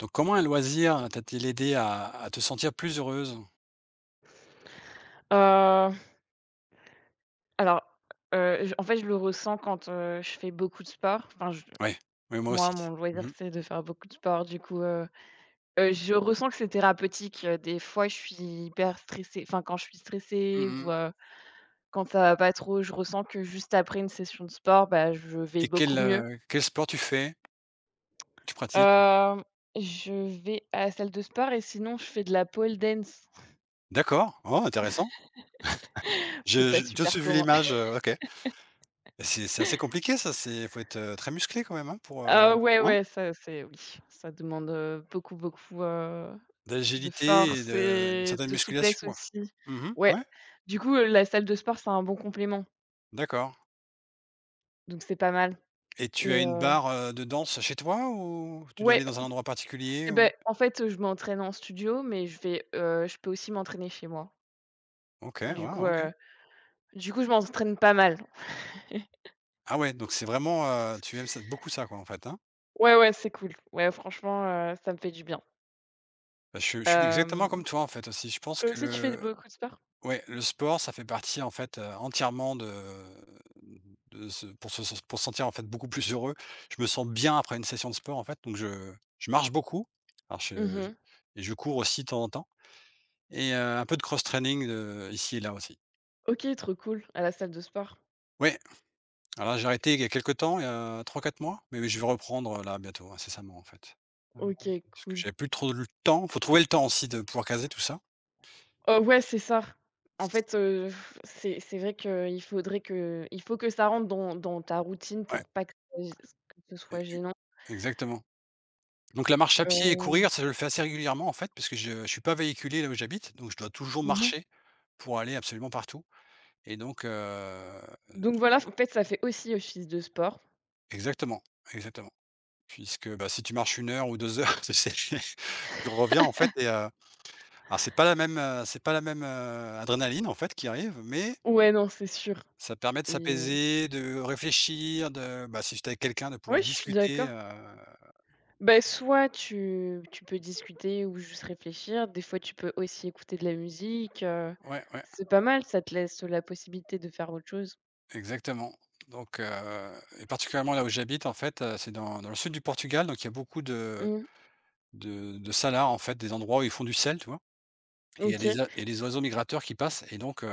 Donc comment un loisir t'a-t-il aidé à te sentir plus heureuse? Heu, alors, j en fait, je le ressens quand je fais beaucoup de sport. Enfin, je Ouais, oui, moi moi, aussi. mon loisir, Mmh mh. c'est de faire beaucoup de sport. Du coup, je ressens que c'est thérapeutique. Des fois, je suis hyper stressée. Enfin, quand je suis stressée ou, Mmh, heu, quand ça va pas trop, je ressens que juste après une session de sport, bah, je vais et beaucoup quel, mieux. Quel sport tu fais? Tu pratiques? Hem, je vais à la salle de sport et sinon, je fais de la pole dance. D'accord, oh, intéressant. C'est Je pas je je super suis vu comment. l'image, OK. C'est assez compliqué ça, c'est faut être, très musclé quand même, hein, pour, Ah ouais, hein? ouais, ça, c'est oui, ça demande beaucoup, beaucoup, de D'agilité et force de une et certaine de musculation, souplesse quoi. aussi. Mmh, Ouais. ouais, Du coup, la salle de sport, c'est un bon complément, d'accord, donc c'est pas mal et tu as et une heu barre, de danse chez toi ou tu dois ouais, aller dans un endroit particulier et beh, ou? en fait, heu, je m'entraîne en studio, mais je peux aussi m'entraîner chez moi. OK, Du coup, ouais, OK. heu, du coup, je m'entraîne pas mal. Ah ouais, donc c'est vraiment, tu aimes ça beaucoup ça, quoi, en fait, hein? Ouais, ouais, c'est cool. Ouais, franchement, ça me fait du bien. Bah, je suis exactement Hem, comme toi, en fait, aussi. Je pense toi que aussi, tu fais le beaucoup de sport? ouais, le sport, ça fait partie, en fait, entièrement de se pour se pour se sentir, en fait, beaucoup plus heureux. Je me sens bien après une session de sport, en fait, donc je marche beaucoup. Alors Mmh je mh. et je cours aussi de temps en temps et un peu de cross training, ici et là aussi. OK, trop cool, à la salle de sport. Ouais, alors là, j'ai arrêté il y a quelque temps, il y a trois quatre mois, mais je vais reprendre, là, bientôt, incessamment, en fait. Heu, OK, Parce que cool. j'avais plus trop le temps. Faut trouver le temps aussi de pouvoir caser tout ça. Ouais, c'est ça. En fait, c'est vrai qu' il faut que ça rentre dans ta routine Ouais, pour pas que ça gê que ce e soit gênant. exactement. Donc la marche à pied et Heu, courir, ça je le fais assez régulièrement en fait, parce que je suis pas véhiculé là où j'habite, donc je dois toujours Mmh marcher pour aller absolument partout et donc heu, donc voilà, en fait, ça fait aussi office de sport. exactement, exactement. Puisque, bah, si tu marches une heure ou 2 heures, tu sais, tu reviens en fait et alors c'est pas la même, c'est pas la même, adrénaline en fait qui arrive, mais Ouais, non, c'est sûr. ça permet de Oui, s'apaiser, de réfléchir, de bah, si j'étais avec quelqu'un de je pouvoir suis discuter, d'accord. heu, Bah, soit tu peux discuter ou juste réfléchir. Des fois, tu peux aussi écouter de la musique, ouais, ouais. c'est pas mal, ça te laisse la possibilité de faire autre chose. Exactement. Donc, heu, et particulièrement là où j'habite en fait, c'est dans le sud du Portugal, donc il y a beaucoup de Mmh, de salars en fait, des endroits où ils font du sel, tu vois? Et il y a OK. des a il des oiseaux migrateurs qui passent et donc,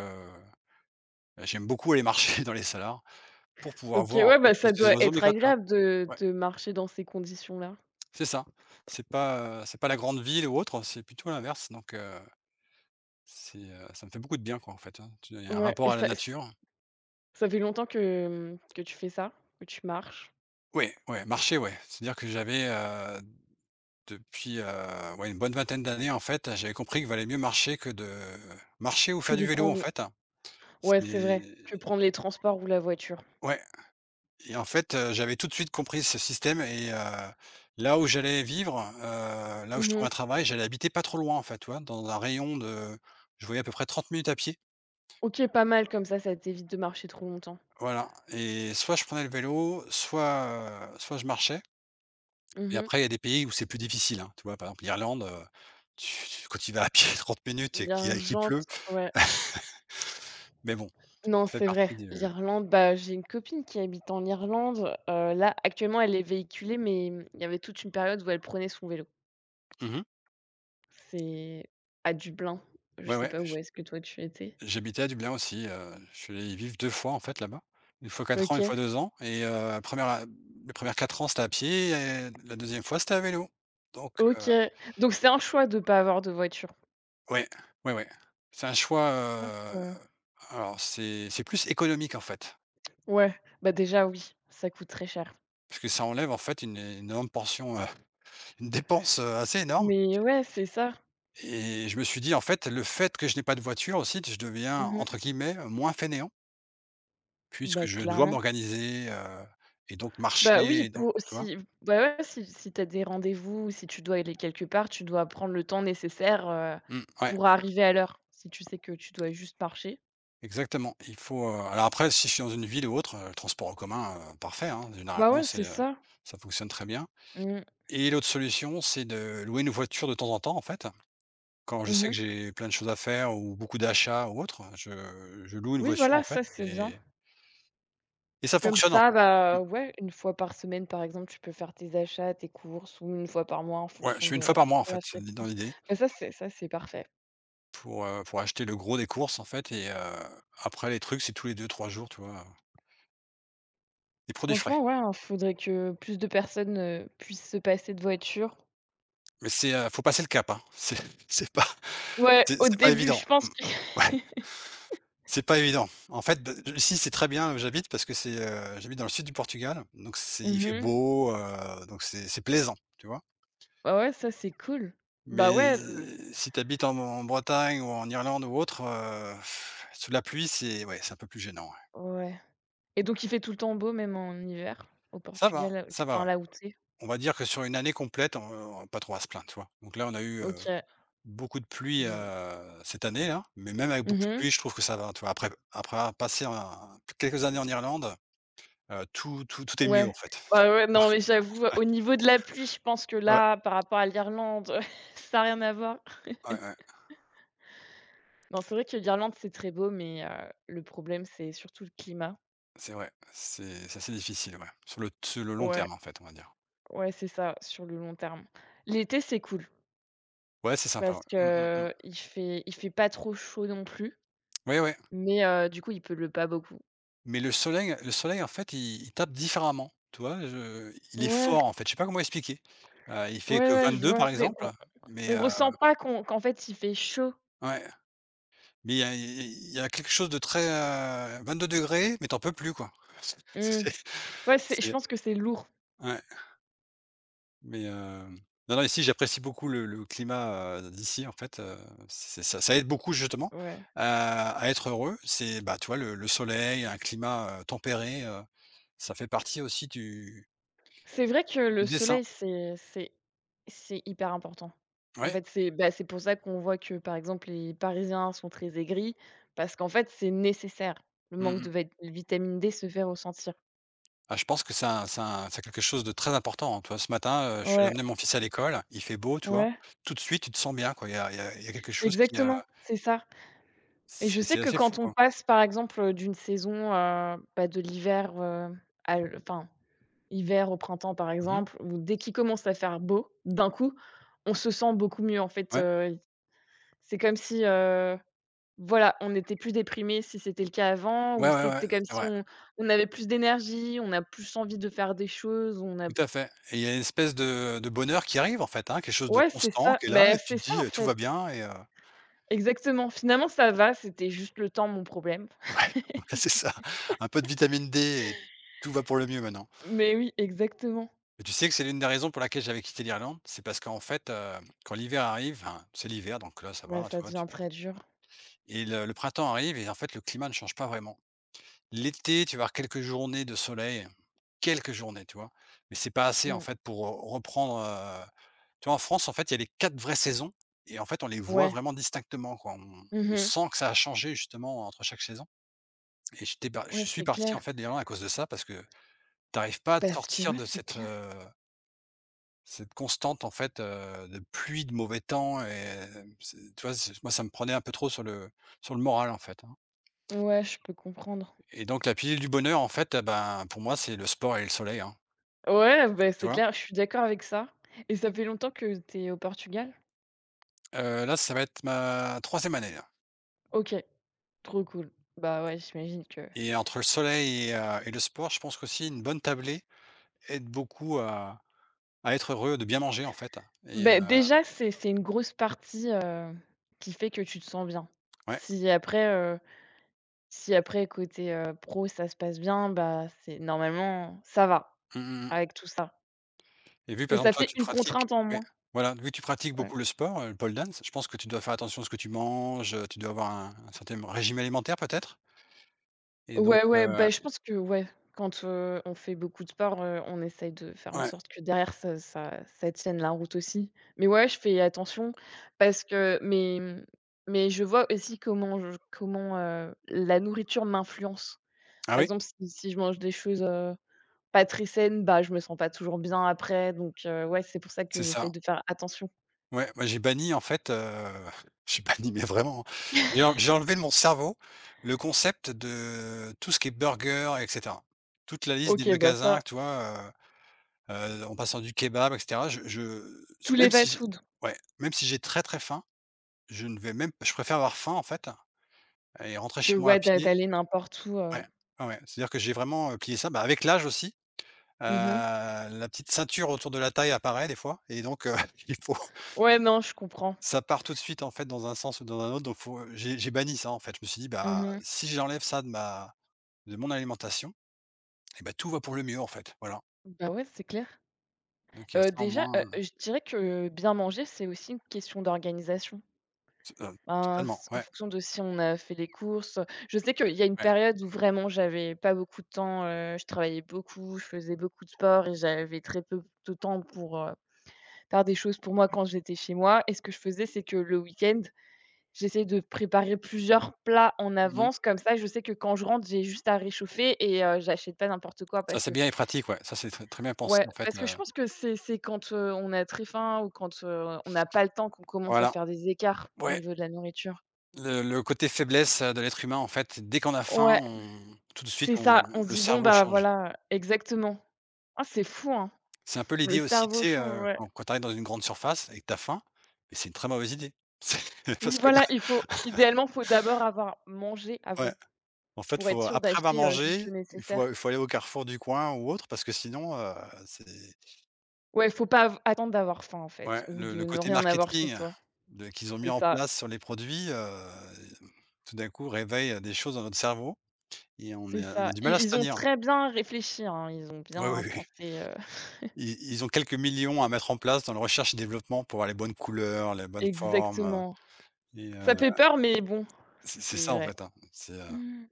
j'aime beaucoup aller marcher dans les salars pour pouvoir OK, voir en ouais, fait bah, tous ça ces doit oiseaux être migrateurs. agréable Ouais, de marcher dans ces conditions-là. c'est ça. C'est pas la grande ville ou autre, c'est plutôt l'inverse, donc, c'est, ça me fait beaucoup de bien quoi en fait, hein. Tu il y a un Ouais et rapport à la nature. ça fait longtemps que, mmh, que tu fais ça? Que tu marches? Oui, ouais, ouais, marcher, ouais, c'est-à-dire que j'avais, heu, depuis, ouais, une bonne vingtaine d'années, en fait, j'avais compris qu'il valait mieux marcher que de marcher ou Que faire de du vélo, prendre en les... fait. Ouais, c'est C'est vrai, que prendre les transports ou la voiture. ouais, et en fait, j'avais tout de suite compris ce système et là où j'allais vivre, là où je trouvais Mmh. un travail, j'allais habiter pas trop loin, en fait, tu vois? Dans un rayon de je voyais à peu près 30 minutes à pied, OK, pas mal comme ça t'évite de marcher trop longtemps. voilà et soit je prenais le vélo, soit, soit je marchais, et Mmh. après il y a des pays où c'est plus difficile, hein, tu vois? Par exemple, l'Irlande, tu quand tu y vas à pied 30 minutes et qu'il L'Irlande, pleut, ouais. mais bon, Non, ça fait c'est vrai. partie de L'Irlande, bah, j'ai une copine qui habite en Irlande, là, actuellement, elle est véhiculée, mais mmh, il y avait toute une période où elle prenait son vélo. mmh. C'est à Dublin. Je Ouais, sais ouais, pas où est-ce que toi tu étais? j'habitais à Dublin aussi, je suis allé y vivre 2 fois en fait là-bas. Une fois quatre ans, une OK. fois 2 ans et la première les premières 4 ans, c'était à pied et la deuxième fois, c'était à vélo. Donc OK. Donc c'est un choix de pas avoir de voiture. ouais, ouais, ouais. C'est un choix, alors c'est plus économique en fait, Ouais, bah, déjà oui, ça coûte très cher. parce que ça enlève en fait une énorme portion, une dépense, assez énorme, Mais ouais, c'est ça. et je me suis dit: «En fait, le fait que je n'ai pas de voiture aussi, je deviens Mmh. entre guillemets "moins fainéant". Puisque Bah, je dois clairement. m'organiser, heu, et donc Bah, oui, marcher et donc pour tu vois? si bah, ouais, si si t'as des rendez-vous ou si tu dois aller quelque part, tu dois prendre le temps nécessaire, Mmh, ouais, pour arriver à l'heure. Si tu sais que tu dois juste marcher. exactement. Il faut, heu, alors après si je suis dans une ville ou autre, le transport en commun, parfait, hein, Bah, généralement ouais, c'est c'est, ça. ça fonctionne très bien, Mmh. et l'autre solution, c'est de louer une voiture de temps en temps, en fait. Quand je sais que Mmh. j'ai plein de choses à faire ou beaucoup d'achats ou autre, je loue une Oui, voiture, voilà, en fait, ça, c'est bien. Et ça Comme fonctionne, en ça, fait. Mmh, bah, ouais, une fois par semaine, par exemple, tu peux faire tes achats, tes courses ou une fois par mois en ouais, fonction je fais de une fois par mois, en de la fait, c'est dans fréquence. l'idée Bah, ça, c'est parfait. Pour acheter le gros des courses, en fait, et après les trucs, c'est tous les deux trois jours, tu vois? Des produits frais. Franchement, ouais, hein, faudrait que plus de personnes puissent se passer de voiture. Mais c'est, faut passer le cap, hein. C'est c'est pas Ouais, c'est au c'est pas début, je évident. pense Mmh. que... Ouais, c'est pas évident. En fait, bah, ici, c'est très bien où j'habite parce que c'est, j'habite dans le sud du Portugal, donc c'est il fait Mmh. beau, donc c'est plaisant, tu vois? Bah, ouais, ça, c'est cool. Bah, Mais ouais, le... si tu habites en Bretagne ou en Irlande ou autre, sous la pluie, c'est ouais, c'est un peu plus gênant, ouais. Ouais, et donc il fait tout le temps beau même en hiver au Portugal, là Ça va, enfin, ouais. là où tu... On va dire que sur une année complète, on va pas trop à se plaindre, tu vois? Donc là, on a eu, heu, OK, beaucoup de pluie, vous cette année là, mais même avec beaucoup de pluie, mmh je trouve que ça va, tu vois? Après après avoir passé un quelques années en Irlande, tout est mieux ouais. en fait. Bah, ouais, non, mais j'avoue, au niveau de la pluie, je pense que Ouais, ouais, là, par rapport à l'Irlande, ça a rien à voir. ouais, ouais, Non, c'est vrai que l'Irlande, c'est très beau, mais le problème, c'est surtout le climat. c'est vrai, c'est assez difficile, ouais, sur le long Ouais. terme en fait, on va dire. Ouais, c'est ça, sur le long terme. L'été, c'est cool Ouais, c'est sympa, parce ouais. Mmh, mmh, mmh. que il fait pas trop chaud non plus, Ouais, ouais, mais du coup, il pleut pas beaucoup. mais le soleil en fait, il tape différemment, tu vois? Je il est Ouais, fort en fait, je sais pas comment expliquer. Il fait ouais, que ouais, vingt je deux vois. par C'est exemple, on mais on ressent pas qu'en fait, il fait chaud. ouais. Mais il y a quelque chose de très, vingt-deux degrés, mais t'en peux plus, quoi. Mmh. C'est Ouais, c'est, je c'est pense que c'est lourd. ouais, mais hem, non, non, ici, j'apprécie beaucoup le climat, d'ici, en fait, c'est ça aide beaucoup, justement, Ouais. à être heureux. C'est, bah, tu vois, le soleil, un climat, tempéré, ça fait partie aussi C'est vrai que le du dessin. soleil, c'est hyper important. En Ouais, fait, c'est bah, c'est pour ça qu'on voit que, par exemple, les Parisiens sont très aigris parce qu'en fait, c'est nécessaire. Le mmh manque mh. de vét vitamine D se fait ressentir. Ah, je pense que ça c'est un- c'est quelque chose de très important, hein. Tu vois, ce matin, je suis allé Ouais, emmener mon fils à l'école, il fait beau, tu vois? ouais. Tout de suite, tu te sens bien, quoi. Il y a il y a quelque chose qui, heu, Exactement, c'est ça, et C'est je sais c'est que assez fou, quand on quoi. passe, par exemple, d'une saison, bah, de l'hiver, à l enfin, hiver au printemps, par Mmh. exemple, où dès qu'il commence à faire beau, d'un coup, on se sent beaucoup mieux, en fait, Ouais. heu, c'est comme si, voilà, on était plus déprimé si c'était le cas avant, ou Ouais, ouais, ouais, c'était comme c'est si vrai, on avait plus d'énergie, on a plus envie de faire des choses, on a... tout à fait, et il y a une espèce de bonheur qui arrive, en fait, hein, quelque chose de Ouais, c'est constant ça, qui est là et tu te dis, en «Tout fait, va bien» et exactement. Finalement, ça va, c'était juste le temps, mon problème. ouais, c'est ça, un peu de vitamine D et tout va pour le mieux maintenant, Mais oui, exactement. et tu sais que c'est l'une des raisons pour laquelle j'avais quitté l'Irlande, c'est parce qu'en fait, quand l'hiver arrive, enfin, c'est l'hiver donc là, ça Ouais, va, tu ça vois? Tu devient très dur. et le printemps arrive et en fait, le climat ne change pas vraiment. L'été, tu vas avoir quelques journées de soleil, quelques journées, tu vois? Mais c'est pas assez, en Mmh. fait, pour, reprendre, heu, tu vois, en France, en fait, il y a les 4 vraies saisons et en fait, on les voit Ouais. vraiment distinctement, quoi. On Mmh. sent que ça a changé, justement, entre chaque saison et j'étais par Ouais, je suis c'est parti, en clair. fait, d'Irlande à cause de ça parce que t'arrives pas à te Parce que sortir ouais, de c'est cette, clair. Cette constante, en fait, de pluie, de mauvais temps et hem, c'est tu vois, c'est moi, ça me prenait un peu trop sur le moral, en fait, hein, Ouais, je peux comprendre. et donc la pilule du bonheur, en fait, ben, pour moi, c'est le sport et le soleil, hein. Ouais, bah, Tu c'est vois? clair, je suis d'accord avec ça. Et ça fait longtemps que tu es au Portugal? Là, ça va être ma troisième année, là, OK, trop cool. Bah, ouais, j'imagine que et entre le soleil et le sport, je pense qu'aussi une bonne tablée aide beaucoup à être heureux, de bien manger, en fait et beh, déjà, c'est une grosse partie qui fait que tu te sens bien. ouais. Si après, si après côté, pro, ça se passe bien, bah, c'est normalement, ça va Mmh mh, mmh, avec tout ça. et vu, Que par ça exemple, toi, fait tu une pratiques contrainte en oui, moins. voilà, vu que tu pratiques Ouais. beaucoup le sport, le pole dance, je pense que tu dois faire attention à ce que tu manges, tu dois avoir un certain régime alimentaire, peut-être, et donc Ouais, ouais, bah, je pense que ouais, quand on fait beaucoup de sport, on essaye de faire en ouais. sorte que derrière ça tienne la route aussi. Mais ouais, je fais attention parce que mais, mmh, mais je vois aussi comment la nourriture m'influence. Ah Par oui? exemple, si si je mange des choses pas très saines, bah, je me sens pas toujours bien après donc ouais, c'est pour ça que C'est ça. j'essaye de faire attention. Ouais, moi j'ai banni en fait, j'ai banni mais vraiment, hein. J'ai en j'ai enlevé de mon cerveau le concept de tout ce qui est burger et cetera. Toute la liste des OK, bah, magasins, ça... tu vois, heu en passant du kebab et cetera, je tous les même si fast j'ai food, ouais, même si j'ai très, très faim, je ne vais même je préfère avoir faim en fait et rentrer que chez moi à ouais, pied. d'aller n'importe où, Ouais, ouais, ouais. C'est-à-dire que j'ai vraiment, plié ça, bah, avec l'âge aussi, mmh. la petite ceinture autour de la taille apparaît des fois et donc il faut Ouais, non, je comprends. ça part tout de suite, en fait, dans un sens ou dans un autre, donc faut, j'ai banni ça, en fait. Je me suis dit: «Bah, Mmh. si j'enlève ça de ma de mon alimentation et bah, tout va pour le mieux, en fait». Voilà, Bah, ouais, c'est clair. donc il y a ça en Déjà, moins, je dirais que bien manger, c'est aussi une question d'organisation. t Ben, totalement, c En ouais, fonction de si on a fait les courses, je sais qu'il y a une ouais. période où vraiment j'avais pas beaucoup de temps, je travaillais beaucoup, je faisais beaucoup de sport et j'avais très peu de temps pour, faire des choses pour moi quand j'étais chez moi, et ce que je faisais, c'est que le week-end, j'essayais de préparer plusieurs plats en Mmh. avance comme ça, je sais que quand je rentre, j'ai juste à réchauffer et j'achète pas n'importe quoi Ça, parce c'est que... bien et pratique, ouais, ça, c'est très très bien pensé, Ouais, en fait, parce que je pense que c'est quand, on a très faim ou quand, on n'a pas le temps qu'on commence à voilà. faire des écarts au Ouais, niveau de la nourriture. le côté faiblesse, de l'être humain, en fait, dès qu'on a faim, Ouais, on tout de suite, c'est on ça. On se le dit: «Bon, cerveau bah, change. voilà», exactement. Ah, c'est fou, hein, C'est un peu le l'idée aussi, tu cerveau sais, change, ouais. quand tu arrives dans une grande surface et que tu as faim, mais c'est une très mauvaise idée. Oui, Parce que là voilà, il faut idéalement, faut d'abord avoir mangé ouais. avant En fait, pour être faut sûr après avoir d'acheter, juste mangé, le il nécessaire. faut il faut aller au Carrefour du coin ou autre parce que sinon, c'est Ouais, faut pas av attendre d'avoir faim, en fait, ouais, ou le de le ne côté rien avoir chez marketing soi. de qu'ils ont mis C'est en ça, place sur les produits, tout d'un coup réveille, des choses dans notre cerveau et on c'est est on ça. a du I mal à se Ils ont tenir. très bien réfléchi, hein, ils ont Oui, oui, bien oui. pensé, heu. Ils ont quelques millions à mettre en place dans la recherche et développement pour avoir les bonnes couleurs, les bonnes formes, Exactement. et Ça fait peur, mais bon, c'est c'est ça en vrai. fait, hein. C'est, Mmh.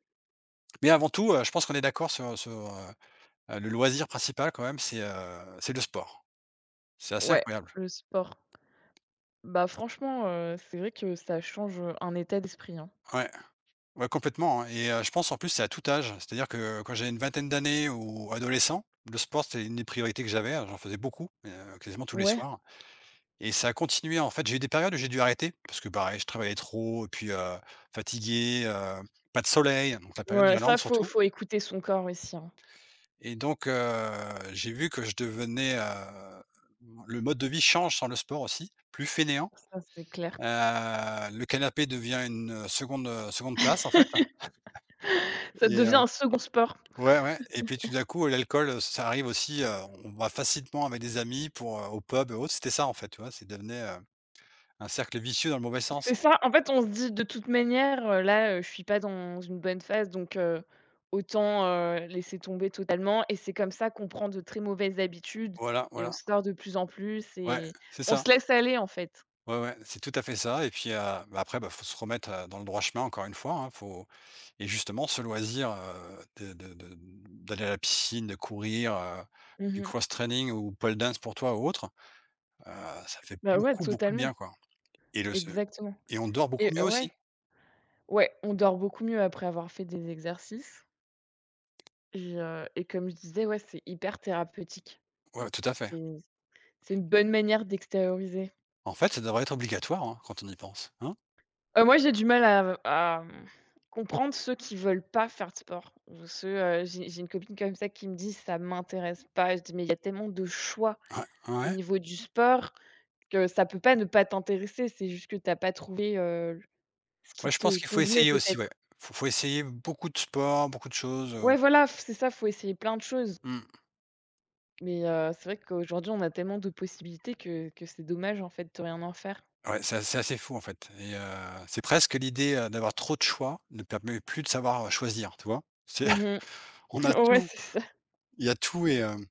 mais avant tout, je pense qu'on est d'accord sur sur le loisir principal quand même, c'est le sport. C'est assez Ouais, incroyable. le sport. Bah, franchement, c'est vrai que ça change, un état d'esprit, hein. Ouais. Ouais, complètement, hein et je pense en plus c'est à tout âge. C'est-à-dire que quand j'avais une vingtaine d'années ou adolescent, le sport c'était une des priorités que j'avais, hein, j'en faisais beaucoup, quasiment tous les Ouais, soirs et ça a continué en fait j'ai eu des périodes où j'ai dû arrêter parce que pareil je travaillais trop et puis, fatigué, pas de soleil, donc la période ouais, d'Irlande ça, faut surtout faut écouter son corps aussi, hein. et donc j'ai vu que je devenais, le mode de vie change sans le sport aussi, plus fainéant, Ça, c'est clair. heu, le canapé devient une seconde, seconde place en fait Ça devient et un second sport. ouais, ouais et puis tout d'un coup, l'alcool, ça arrive aussi, on va facilement avec des amis pour, au pub et autres. C'était ça, en fait, tu vois? C'est devenait, un cercle vicieux dans le mauvais C'est sens. ça, en fait, on se dit: «De toute manière, là, je suis pas dans une bonne phase, donc autant, laisser tomber totalement», et c'est comme ça qu'on prend de très mauvaises habitudes Voilà, et on voilà. sort de plus en plus Ouais, et c'est on ça. se laisse aller, en fait. Ouais, ouais, c'est tout à fait ça et puis, bah, après, bah, faut se remettre, dans le droit chemin encore une fois, hein. Faut et justement ce loisir, de d'aller à la piscine, de courir, Mmh du mh. cross training ou pole dance pour toi ou autre. Heu, Ça fait Bah, ouais, beaucoup, beaucoup de totalement, bien, quoi et le se exactement. et on dort Et beaucoup mieux ouais, aussi. ouais, on dort beaucoup mieux après avoir fait des exercices et heu, et comme je disais, ouais, c'est hyper thérapeutique. Ouais, tout à fait. C'est c'est une bonne manière d'extérioriser. En fait, ça devrait être obligatoire, hein, quand on y pense, hein? Moi, j'ai du mal à, mmh, comprendre ceux qui veulent pas faire de sport ou ceux, heu, j'ai une copine comme ça qui me dit: «Ça m'intéresse pas». Je dis: «Mais il y a tellement de choix Ouais, au ouais. niveau du sport que ça peut pas ne pas t'intéresser, c'est juste que t'as pas trouvé, ce qui Ouais, je te pense qu'il faut convenait essayer aussi, ouais. peut-être». Faut essayer beaucoup de sports, beaucoup de choses, Ouais, voilà, f c'est ça, faut essayer plein de choses. mmh. Mais c'est vrai qu'aujourd'hui, on a tellement de possibilités que c'est dommage, en fait, de rien en faire. Ouais, c'est assez fou, en fait et c'est presque l'idée, d'avoir trop de choix ne permet plus de savoir, choisir, tu vois? C'est Mmh. on a Ouais, tout, c'est ça. il y a tout et hem,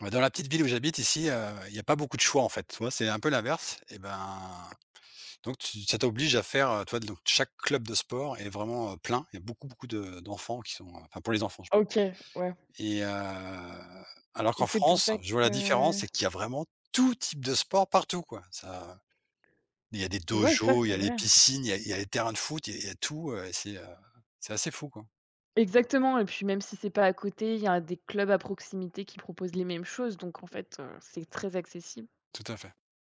bah, dans la petite ville où j'habite ici, il y a pas beaucoup de choix, en fait, tu vois? C'est un peu l'inverse et ben donc tu ça t'oblige à faire, tu vois? Donc chaque club de sport est vraiment, plein. Il y a beaucoup, beaucoup de d'enfants qui sont, enfin pour les enfants, je parle OK, ouais, et alors et qu'en c'est pour France, ça je vois la différence, que... c'est qu'il y a vraiment tout type de sport partout, quoi. Ça il y a des Ouais, ça, dojos, il y c'est a les vrai. piscines, il y a les terrains de foot, il y a tout, et c'est assez fou, quoi. Exactement, et puis même si c'est pas à côté, il y a des clubs à proximité qui proposent les mêmes choses donc en fait, c'est très accessible. Tout à fait.